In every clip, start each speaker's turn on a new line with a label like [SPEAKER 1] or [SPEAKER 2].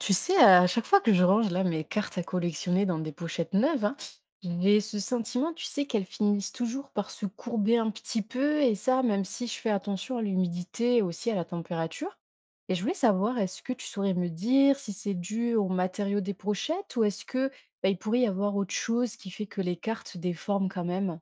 [SPEAKER 1] Tu sais, à chaque fois que je range là mes cartes à collectionner dans des pochettes neuves, hein, j'ai ce sentiment, tu sais, qu'elles finissent toujours par se courber un petit peu, et ça, même si je fais attention à l'humidité et aussi à la température. Et je voulais savoir, est-ce que tu saurais me dire si c'est dû aux matériaux des pochettes ou est-ce que bah, il pourrait y avoir autre chose qui fait que les cartes se déforment quand même?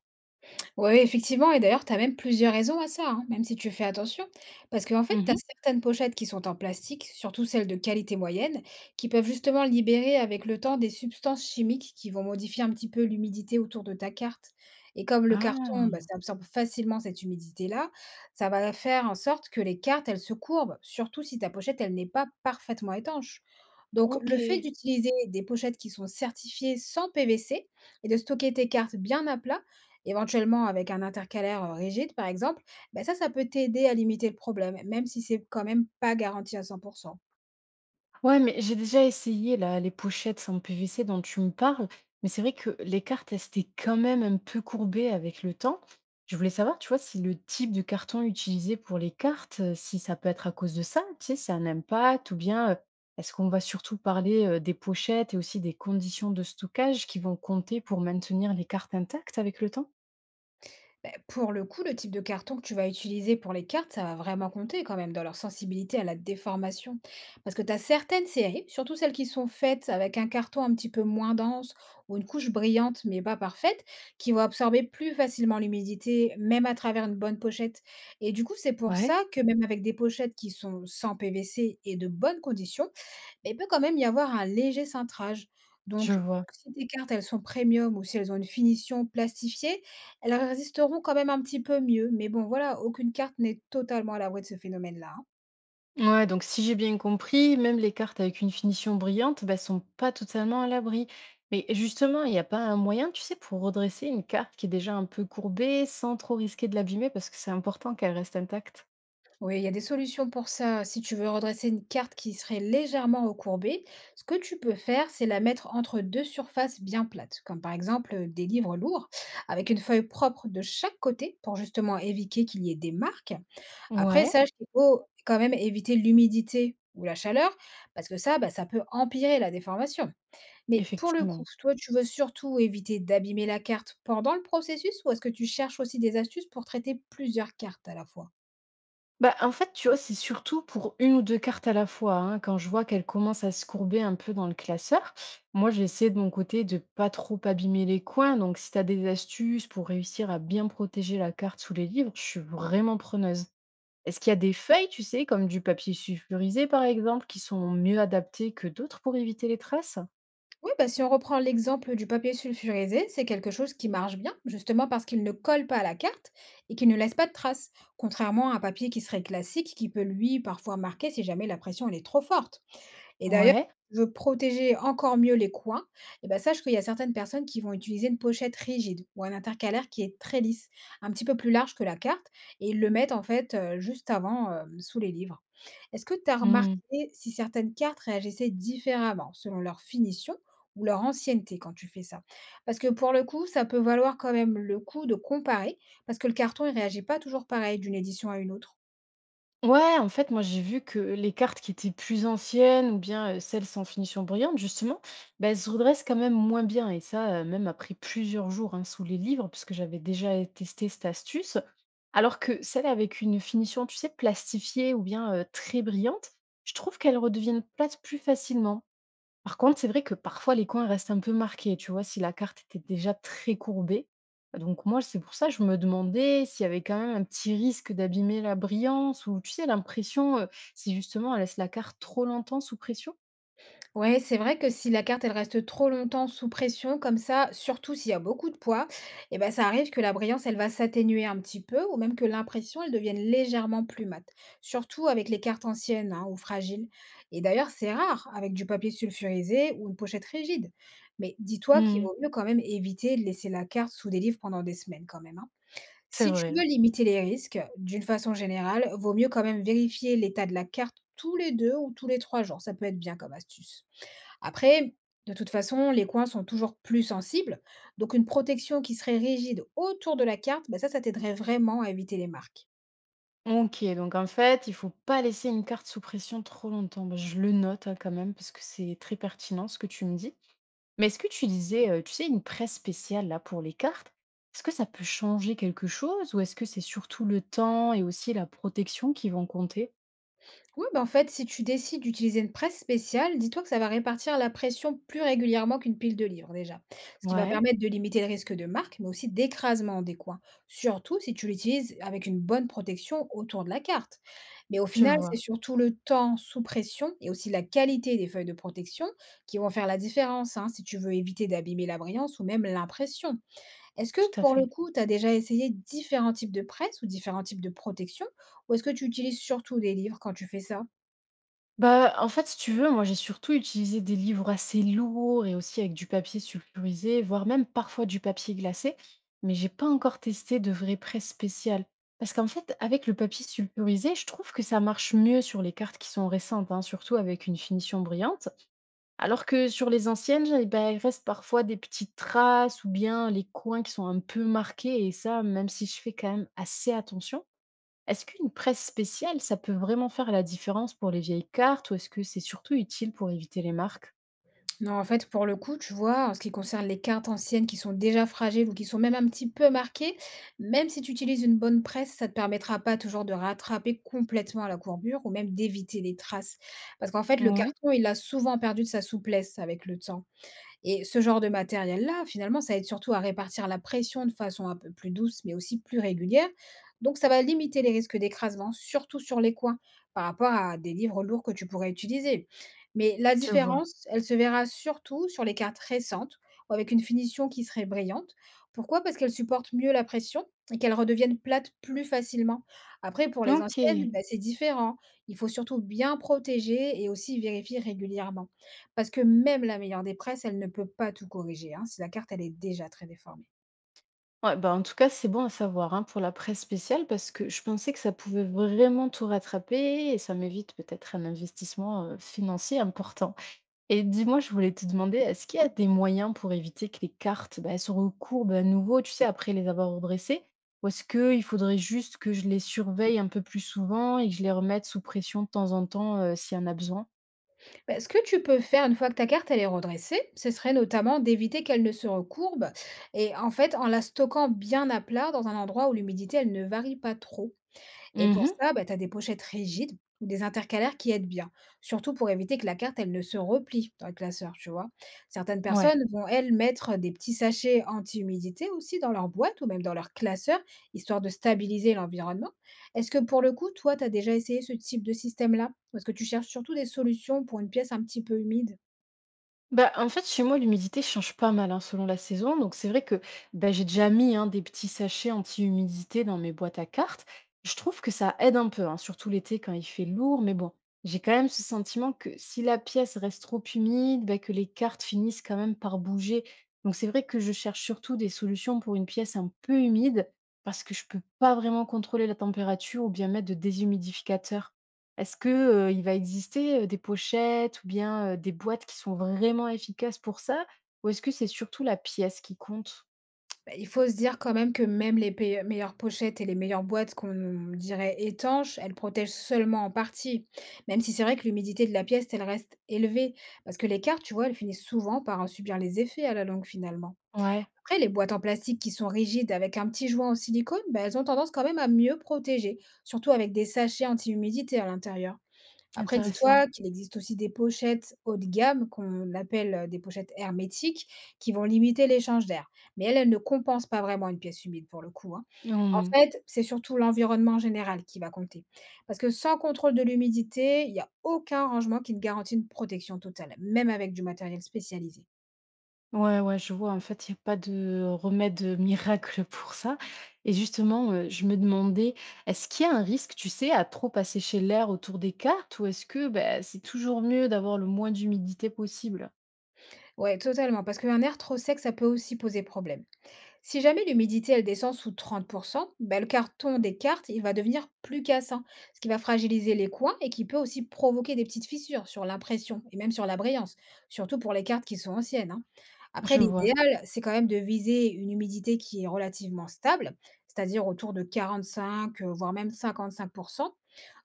[SPEAKER 2] Ouais, ouais, effectivement et d'ailleurs, tu as même plusieurs raisons à ça, hein, même si tu fais attention. Parce qu'en fait, tu as
[SPEAKER 1] Mhm.
[SPEAKER 2] certaines pochettes qui sont en plastique, surtout celles de qualité moyenne, qui peuvent justement libérer avec le temps des substances chimiques qui vont modifier un petit peu l'humidité autour de ta carte. Et comme le carton, bah,
[SPEAKER 1] Ah,
[SPEAKER 2] ça absorbe facilement cette humidité-là, ça va faire en sorte que les cartes, elles se courbent, surtout si ta pochette, elle n'est pas parfaitement étanche. Donc,
[SPEAKER 1] ok.
[SPEAKER 2] le fait d'utiliser des pochettes qui sont certifiées sans PVC et de stocker tes cartes bien à plat, éventuellement avec un intercalaire, rigide par exemple, ben ça peut t'aider à limiter le problème, même si c'est quand même pas garanti à cent pour 100.
[SPEAKER 1] Ouais, mais j'ai déjà essayé là, les pochettes en PVC dont tu me parles, mais c'est vrai que les cartes, elles s'étaient quand même un peu courbées avec le temps. Je voulais savoir, tu vois, si le type de carton utilisé pour les cartes, si ça peut être à cause de ça, tu sais, si c'est un impact, ou bien est-ce qu'on va surtout parler des pochettes et aussi des conditions de stockage qui vont compter pour maintenir les cartes intactes avec le temps?
[SPEAKER 2] Beh, pour le coup, le type de carton que tu vas utiliser pour les cartes, ça va vraiment compter quand même dans leur sensibilité à la déformation. Parce que tu as certaines séries, surtout celles qui sont faites avec un carton un petit peu moins dense ou une couche brillante mais pas parfaite, qui vont absorber plus facilement l'humidité, même à travers une bonne pochette. Et du coup, c'est pour
[SPEAKER 1] Ouais.
[SPEAKER 2] ça que même avec des pochettes qui sont sans PVC et de bonnes conditions, mais il peut quand même y avoir un léger cintrage.
[SPEAKER 1] Je
[SPEAKER 2] Donc,
[SPEAKER 1] vois.
[SPEAKER 2] si tes cartes, elles sont premium ou si elles ont une finition plastifiée, elles résisteront quand même un petit peu mieux, mais bon voilà, aucune carte n'est totalement à l'abri de ce phénomène-là, hein.
[SPEAKER 1] Ouais, donc si j'ai bien compris, même les cartes avec une finition brillante, bah, sont pas totalement à l'abri. Mais justement, il n'y a pas un moyen, tu sais, pour redresser une carte qui est déjà un peu courbée sans trop risquer de l'abîmer parce que c'est important qu'elle reste intacte.
[SPEAKER 2] Oui, il y a des solutions pour ça. Si tu veux redresser une carte qui serait légèrement recourbée, ce que tu peux faire, c'est la mettre entre deux surfaces bien plates, comme par exemple des livres lourds, avec une feuille propre de chaque côté pour justement éviter qu'il y ait des marques. Après,
[SPEAKER 1] Ouais,
[SPEAKER 2] sache qu'il faut quand même éviter l'humidité ou la chaleur, parce que ça, bah, ça peut empirer la déformation. Mais pour le coup,
[SPEAKER 1] effectivement.
[SPEAKER 2] toi, tu veux surtout éviter d'abîmer la carte pendant le processus, ou est-ce que tu cherches aussi des astuces pour traiter plusieurs cartes à la fois?
[SPEAKER 1] Bah, en fait, tu vois, c'est surtout pour une ou deux cartes à la fois, hein. Quand je vois qu'elles commencent à se courber un peu dans le classeur, moi, j'essaie de mon côté de pas trop abîmer les coins. Donc, si tu as des astuces pour réussir à bien protéger la carte sous les livres, je suis vraiment preneuse. Est-ce qu'il y a des feuilles, tu sais, comme du papier sulfurisé par exemple, qui sont mieux adaptées que d'autres pour éviter les traces?
[SPEAKER 2] Oui, bah, si on reprend l'exemple du papier sulfurisé, c'est quelque chose qui marche bien, justement parce qu'il ne colle pas à la carte et qu'il ne laisse pas de traces, contrairement à un papier qui serait classique, qui peut lui parfois marquer si jamais la pression elle est trop forte. Et d'ailleurs,
[SPEAKER 1] Ouais.
[SPEAKER 2] si tu veux protéger encore mieux les coins, et ben sache qu'il y a certaines personnes qui vont utiliser une pochette rigide ou un intercalaire qui est très lisse, un petit peu plus large que la carte, et ils le mettent en fait juste avant sous les livres. Est-ce que tu as
[SPEAKER 1] Mmh.
[SPEAKER 2] remarqué si certaines cartes réagissaient différemment selon leur finition ou leur ancienneté quand tu fais ça? Parce que pour le coup, ça peut valoir quand même le coup de comparer, parce que le carton, il réagit pas toujours pareil d'une édition à une autre.
[SPEAKER 1] Ouais, en fait, moi j'ai vu que les cartes qui étaient plus anciennes ou bien celles sans finition brillante, justement, bah, elles se redressent quand même moins bien. Et ça, même après plusieurs jours hein, sous les livres, puisque j'avais déjà testé cette astuce. Alors que celles avec une finition, tu sais, plastifiée ou bien très brillante, je trouve qu'elles redeviennent plates plus facilement. Par contre, c'est vrai que parfois les coins restent un peu marqués, tu vois? Si la carte était déjà très courbée, donc moi, c'est pour ça, que je me demandais s'il y avait quand même un petit risque d'abîmer la brillance ou tu sais, l'impression, si justement elle laisse la carte trop longtemps sous pression?
[SPEAKER 2] Ouais, c'est vrai que si la carte, elle reste trop longtemps sous pression, comme ça, surtout s'il y a beaucoup de poids, eh ben, ça arrive que la brillance, elle va s'atténuer un petit peu ou même que l'impression, elle devienne légèrement plus mate. Surtout avec les cartes anciennes, hein, ou fragiles. Et d'ailleurs, c'est rare avec du papier sulfurisé ou une pochette rigide. Mais dis-toi qu'il
[SPEAKER 1] Mmh.
[SPEAKER 2] vaut mieux quand même éviter de laisser la carte sous des livres pendant des semaines quand même, hein.
[SPEAKER 1] C'est
[SPEAKER 2] Si tu
[SPEAKER 1] vrai.
[SPEAKER 2] veux limiter les risques, d'une façon générale, vaut mieux quand même vérifier l'état de la carte tous les deux ou tous les trois jours. Ça peut être bien comme astuce. Après, de toute façon, les coins sont toujours plus sensibles, donc une protection qui serait rigide autour de la carte, bah ça, ça t'aiderait vraiment à éviter les marques.
[SPEAKER 1] OK, donc en fait, il faut pas laisser une carte sous pression trop longtemps. Bah, je le note, hein, quand même parce que c'est très pertinent ce que tu me dis. Mais est-ce que qu'utiliser, tu sais, une presse spéciale là pour les cartes, est-ce que ça peut changer quelque chose ou est-ce que c'est surtout le temps et aussi la protection qui vont compter?
[SPEAKER 2] Oui, bah en fait, si tu décides d'utiliser une presse spéciale, dis-toi que ça va répartir la pression plus régulièrement qu'une pile de livres déjà, ce qui va
[SPEAKER 1] Ouais,
[SPEAKER 2] permettre de limiter le risque de marque, mais aussi d'écrasement des coins, surtout si tu l'utilises avec une bonne protection autour de la carte. Mais au
[SPEAKER 1] je
[SPEAKER 2] final,
[SPEAKER 1] vois,
[SPEAKER 2] c'est surtout le temps sous pression et aussi la qualité des feuilles de protection qui vont faire la différence, hein, si tu veux éviter d'abîmer la brillance ou même l'impression. Est-ce que
[SPEAKER 1] tout à
[SPEAKER 2] pour le
[SPEAKER 1] fait.
[SPEAKER 2] coup, tu as déjà essayé différents types de presse ou différents types de protection, ou est-ce que tu utilises surtout des livres quand tu fais ça?
[SPEAKER 1] Bah, en fait, si tu veux, moi j'ai surtout utilisé des livres assez lourds et aussi avec du papier sulfurisé, voire même parfois du papier glacé, mais j'ai pas encore testé de vraie presse spéciale. Parce qu'en fait, avec le papier sulfurisé, je trouve que ça marche mieux sur les cartes qui sont récentes, hein, surtout avec une finition brillante. Alors que sur les anciennes, et bah, il reste parfois des petites traces ou bien les coins qui sont un peu marqués et ça, même si je fais quand même assez attention. Est-ce qu'une presse spéciale, ça peut vraiment faire la différence pour les vieilles cartes ou est-ce que c'est surtout utile pour éviter les marques?
[SPEAKER 2] Non, en fait, pour le coup, tu vois, en ce qui concerne les cartes anciennes qui sont déjà fragiles ou qui sont même un petit peu marquées, même si tu utilises une bonne presse, ça ne te permettra pas toujours de rattraper complètement la courbure ou même d'éviter les traces. Parce qu'en fait, le
[SPEAKER 1] Ouais.
[SPEAKER 2] carton, il a souvent perdu de sa souplesse avec le temps. Et ce genre de matériel-là, finalement, ça aide surtout à répartir la pression de façon un peu plus douce, mais aussi plus régulière. Donc, ça va limiter les risques d'écrasement, surtout sur les coins, par rapport à des livres lourds que tu pourrais utiliser. Mais la
[SPEAKER 1] Tu vois.
[SPEAKER 2] différence, elle se verra surtout sur les cartes récentes, ou avec une finition qui serait brillante. Pourquoi? Parce qu'elles supportent mieux la pression et qu'elles redeviennent plates plus facilement. Après, pour les
[SPEAKER 1] Ok.
[SPEAKER 2] anciennes, bah, c'est différent. Il faut surtout bien protéger et aussi vérifier régulièrement. Parce que même la meilleure des presses, elle ne peut pas tout corriger, hein, si la carte, elle est déjà très déformée.
[SPEAKER 1] Ouais, bah en tout cas, c'est bon à savoir hein, pour la presse spéciale parce que je pensais que ça pouvait vraiment tout rattraper et ça m'évite peut-être un investissement financier important. Et dis-moi, je voulais te demander, est-ce qu'il y a des moyens pour éviter que les cartes, bah, elles se recourbent à nouveau, tu sais, après les avoir redressées? Ou est-ce qu'il faudrait juste que je les surveille un peu plus souvent et que je les remette sous pression de temps en temps, s'il y en a besoin?
[SPEAKER 2] Bah, ce que tu peux faire une fois que ta carte, elle est redressée, ce serait notamment d'éviter qu'elle ne se recourbe et en fait, en la stockant bien à plat dans un endroit où l'humidité, elle ne varie pas trop. Et pour
[SPEAKER 1] Mhm.
[SPEAKER 2] ça, bah, tu as des pochettes rigides ou des intercalaires qui aident bien, surtout pour éviter que la carte, elle ne se replie dans le classeur, tu vois. Certaines
[SPEAKER 1] Ouais.
[SPEAKER 2] personnes vont, elles, mettre des petits sachets anti-humidité aussi dans leur boîte ou même dans leur classeur, histoire de stabiliser l'environnement. Est-ce que pour le coup, toi, tu as déjà essayé ce type de système-là? Ou est-ce que tu cherches surtout des solutions pour une pièce un petit peu humide?
[SPEAKER 1] Bah, en fait, chez moi, l'humidité change pas mal hein, selon la saison. Donc, c'est vrai que bah, j'ai déjà mis hein, des petits sachets anti-humidité dans mes boîtes à cartes. Je trouve que ça aide un peu, hein, surtout l'été quand il fait lourd. Mais bon, j'ai quand même ce sentiment que si la pièce reste trop humide, bah, que les cartes finissent quand même par bouger. Donc, c'est vrai que je cherche surtout des solutions pour une pièce un peu humide parce que je peux pas vraiment contrôler la température ou bien mettre de déshumidificateurs. Est-ce que, il va exister, des pochettes ou bien, des boîtes qui sont vraiment efficaces pour ça? Ou est-ce que c'est surtout la pièce qui compte?
[SPEAKER 2] Bah, il faut se dire quand même que même les pei meilleures pochettes et les meilleures boîtes qu'on dirait étanches, elles protègent seulement en partie. Même si c'est vrai que l'humidité de la pièce, elle reste élevée. Parce que les cartes, tu vois, elles finissent souvent par en subir les effets à la longue finalement.
[SPEAKER 1] Ouais,
[SPEAKER 2] Après, les boîtes en plastique qui sont rigides avec un petit joint en silicone, bah, elles ont tendance quand même à mieux protéger, surtout avec des sachets anti-humidité à l'intérieur. Après,
[SPEAKER 1] intéressant.
[SPEAKER 2] dis-toi qu'il existe aussi des pochettes haut de gamme, qu'on appelle des pochettes hermétiques, qui vont limiter l'échange d'air. Mais elles, elles ne compensent pas vraiment une pièce humide pour le coup, hein. En
[SPEAKER 1] Mmh.
[SPEAKER 2] fait, c'est surtout l'environnement général qui va compter. Parce que sans contrôle de l'humidité, il n'y a aucun rangement qui ne garantit une protection totale, même avec du matériel spécialisé.
[SPEAKER 1] Ouais, ouais, je vois. En fait, il y a pas de remède, miracle pour ça et justement, je me demandais, est-ce qu'il y a un risque, tu sais, à trop assécher l'air autour des cartes? Ou est-ce que, bah, c'est toujours mieux d'avoir le moins d'humidité possible?
[SPEAKER 2] Ouais, totalement. Parce qu'un air trop sec, ça peut aussi poser problème. Si jamais l'humidité elle descend sous 30%, ben, le carton des cartes il va devenir plus cassant, ce qui va fragiliser les coins et qui peut aussi provoquer des petites fissures sur l'impression et même sur la brillance, surtout pour les cartes qui sont anciennes, hein. Après,
[SPEAKER 1] Je vois.
[SPEAKER 2] l'idéal, c'est quand même de viser une humidité qui est relativement stable, c'est-à-dire autour de 45, voire même 55%.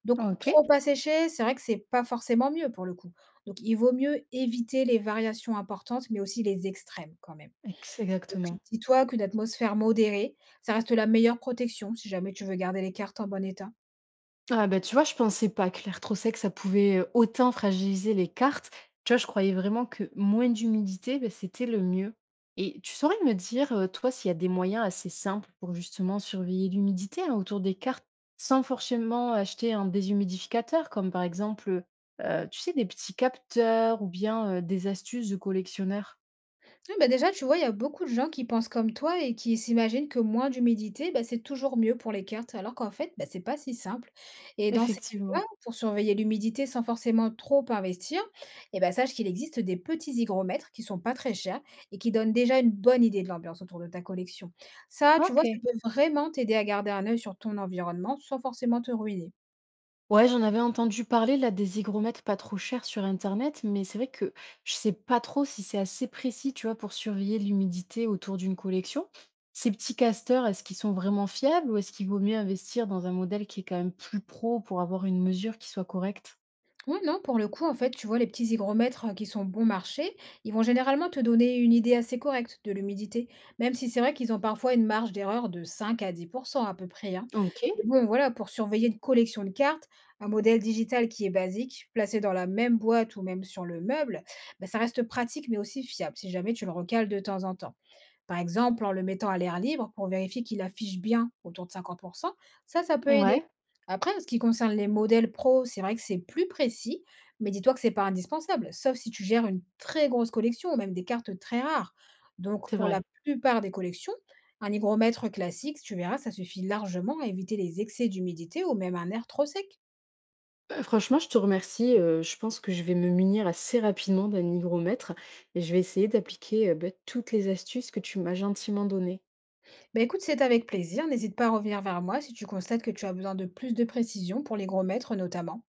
[SPEAKER 2] Donc,
[SPEAKER 1] OK,
[SPEAKER 2] trop asséché, c'est vrai que c'est pas forcément mieux pour le coup. Donc, il vaut mieux éviter les variations importantes, mais aussi les extrêmes quand même.
[SPEAKER 1] ex
[SPEAKER 2] Donc
[SPEAKER 1] exactement.
[SPEAKER 2] dis-toi qu'une atmosphère modérée, ça reste la meilleure protection si jamais tu veux garder les cartes en bon état.
[SPEAKER 1] Ah bah, tu vois, je pensais pas que l'air trop sec, ça pouvait, autant fragiliser les cartes. Tu vois, je croyais vraiment que moins d'humidité, bah, c'était le mieux. Et tu saurais me dire, toi, s'il y a des moyens assez simples pour justement surveiller l'humidité, hein, autour des cartes, sans forcément acheter un déshumidificateur, comme par exemple, tu sais, des petits capteurs ou bien, des astuces de collectionneurs?
[SPEAKER 2] Ouais, bah, déjà, tu vois, il y a beaucoup de gens qui pensent comme toi et qui s'imaginent que moins d'humidité, bah, c'est toujours mieux pour les cartes, alors qu'en fait, bah, c'est pas si simple. Et dans ces cas,
[SPEAKER 1] Effectivement.
[SPEAKER 2] pour surveiller l'humidité sans forcément trop investir, eh ben, sache qu'il existe des petits hygromètres qui sont pas très chers et qui donnent déjà une bonne idée de l'ambiance autour de ta collection. Ça, tu vois, ça
[SPEAKER 1] OK.
[SPEAKER 2] peut vraiment t'aider à garder un œil sur ton environnement sans forcément te ruiner.
[SPEAKER 1] Ouais, j'en avais entendu parler là des hygromètres pas trop chers sur internet, mais c'est vrai que je sais pas trop si c'est assez précis, tu vois, pour surveiller l'humidité autour d'une collection. Ces petits casteurs, est-ce qu'ils sont vraiment fiables ou est-ce qu'il vaut mieux investir dans un modèle qui est quand même plus pro pour avoir une mesure qui soit correcte?
[SPEAKER 2] Ouais, non, pour le coup, en fait, tu vois, les petits hygromètres qui sont bon marché, ils vont généralement te donner une idée assez correcte de l'humidité, même si c'est vrai qu'ils ont parfois une marge d'erreur de 5 à 10 à peu près, hein. Mais
[SPEAKER 1] Ok,
[SPEAKER 2] bon, voilà, pour surveiller une collection de cartes, un modèle digital qui est basique, placé dans la même boîte ou même sur le meuble, bah, ça reste pratique mais aussi fiable si jamais tu le recales de temps en temps. Par exemple, en le mettant à l'air libre pour vérifier qu'il affiche bien autour de 50%, ça, ça peut aider.
[SPEAKER 1] ouais,
[SPEAKER 2] Après, en ce qui concerne les modèles pro, c'est vrai que c'est plus précis, mais dis-toi que c'est pas indispensable, sauf si tu gères une très grosse collection ou même des cartes très rares. Donc,
[SPEAKER 1] c'est
[SPEAKER 2] pour la
[SPEAKER 1] vrai.
[SPEAKER 2] plupart des collections, un hygromètre classique, tu verras, ça suffit largement à éviter les excès d'humidité ou même un air trop sec.
[SPEAKER 1] Franchement, je te remercie. Je pense que je vais me munir assez rapidement d'un hygromètre et je vais essayer d'appliquer bah, toutes les astuces que tu m'as gentiment données.
[SPEAKER 2] Bah écoute, c'est avec plaisir. N'hésite pas à revenir vers moi si tu constates que tu as besoin de plus de précision pour les gros mètres notamment.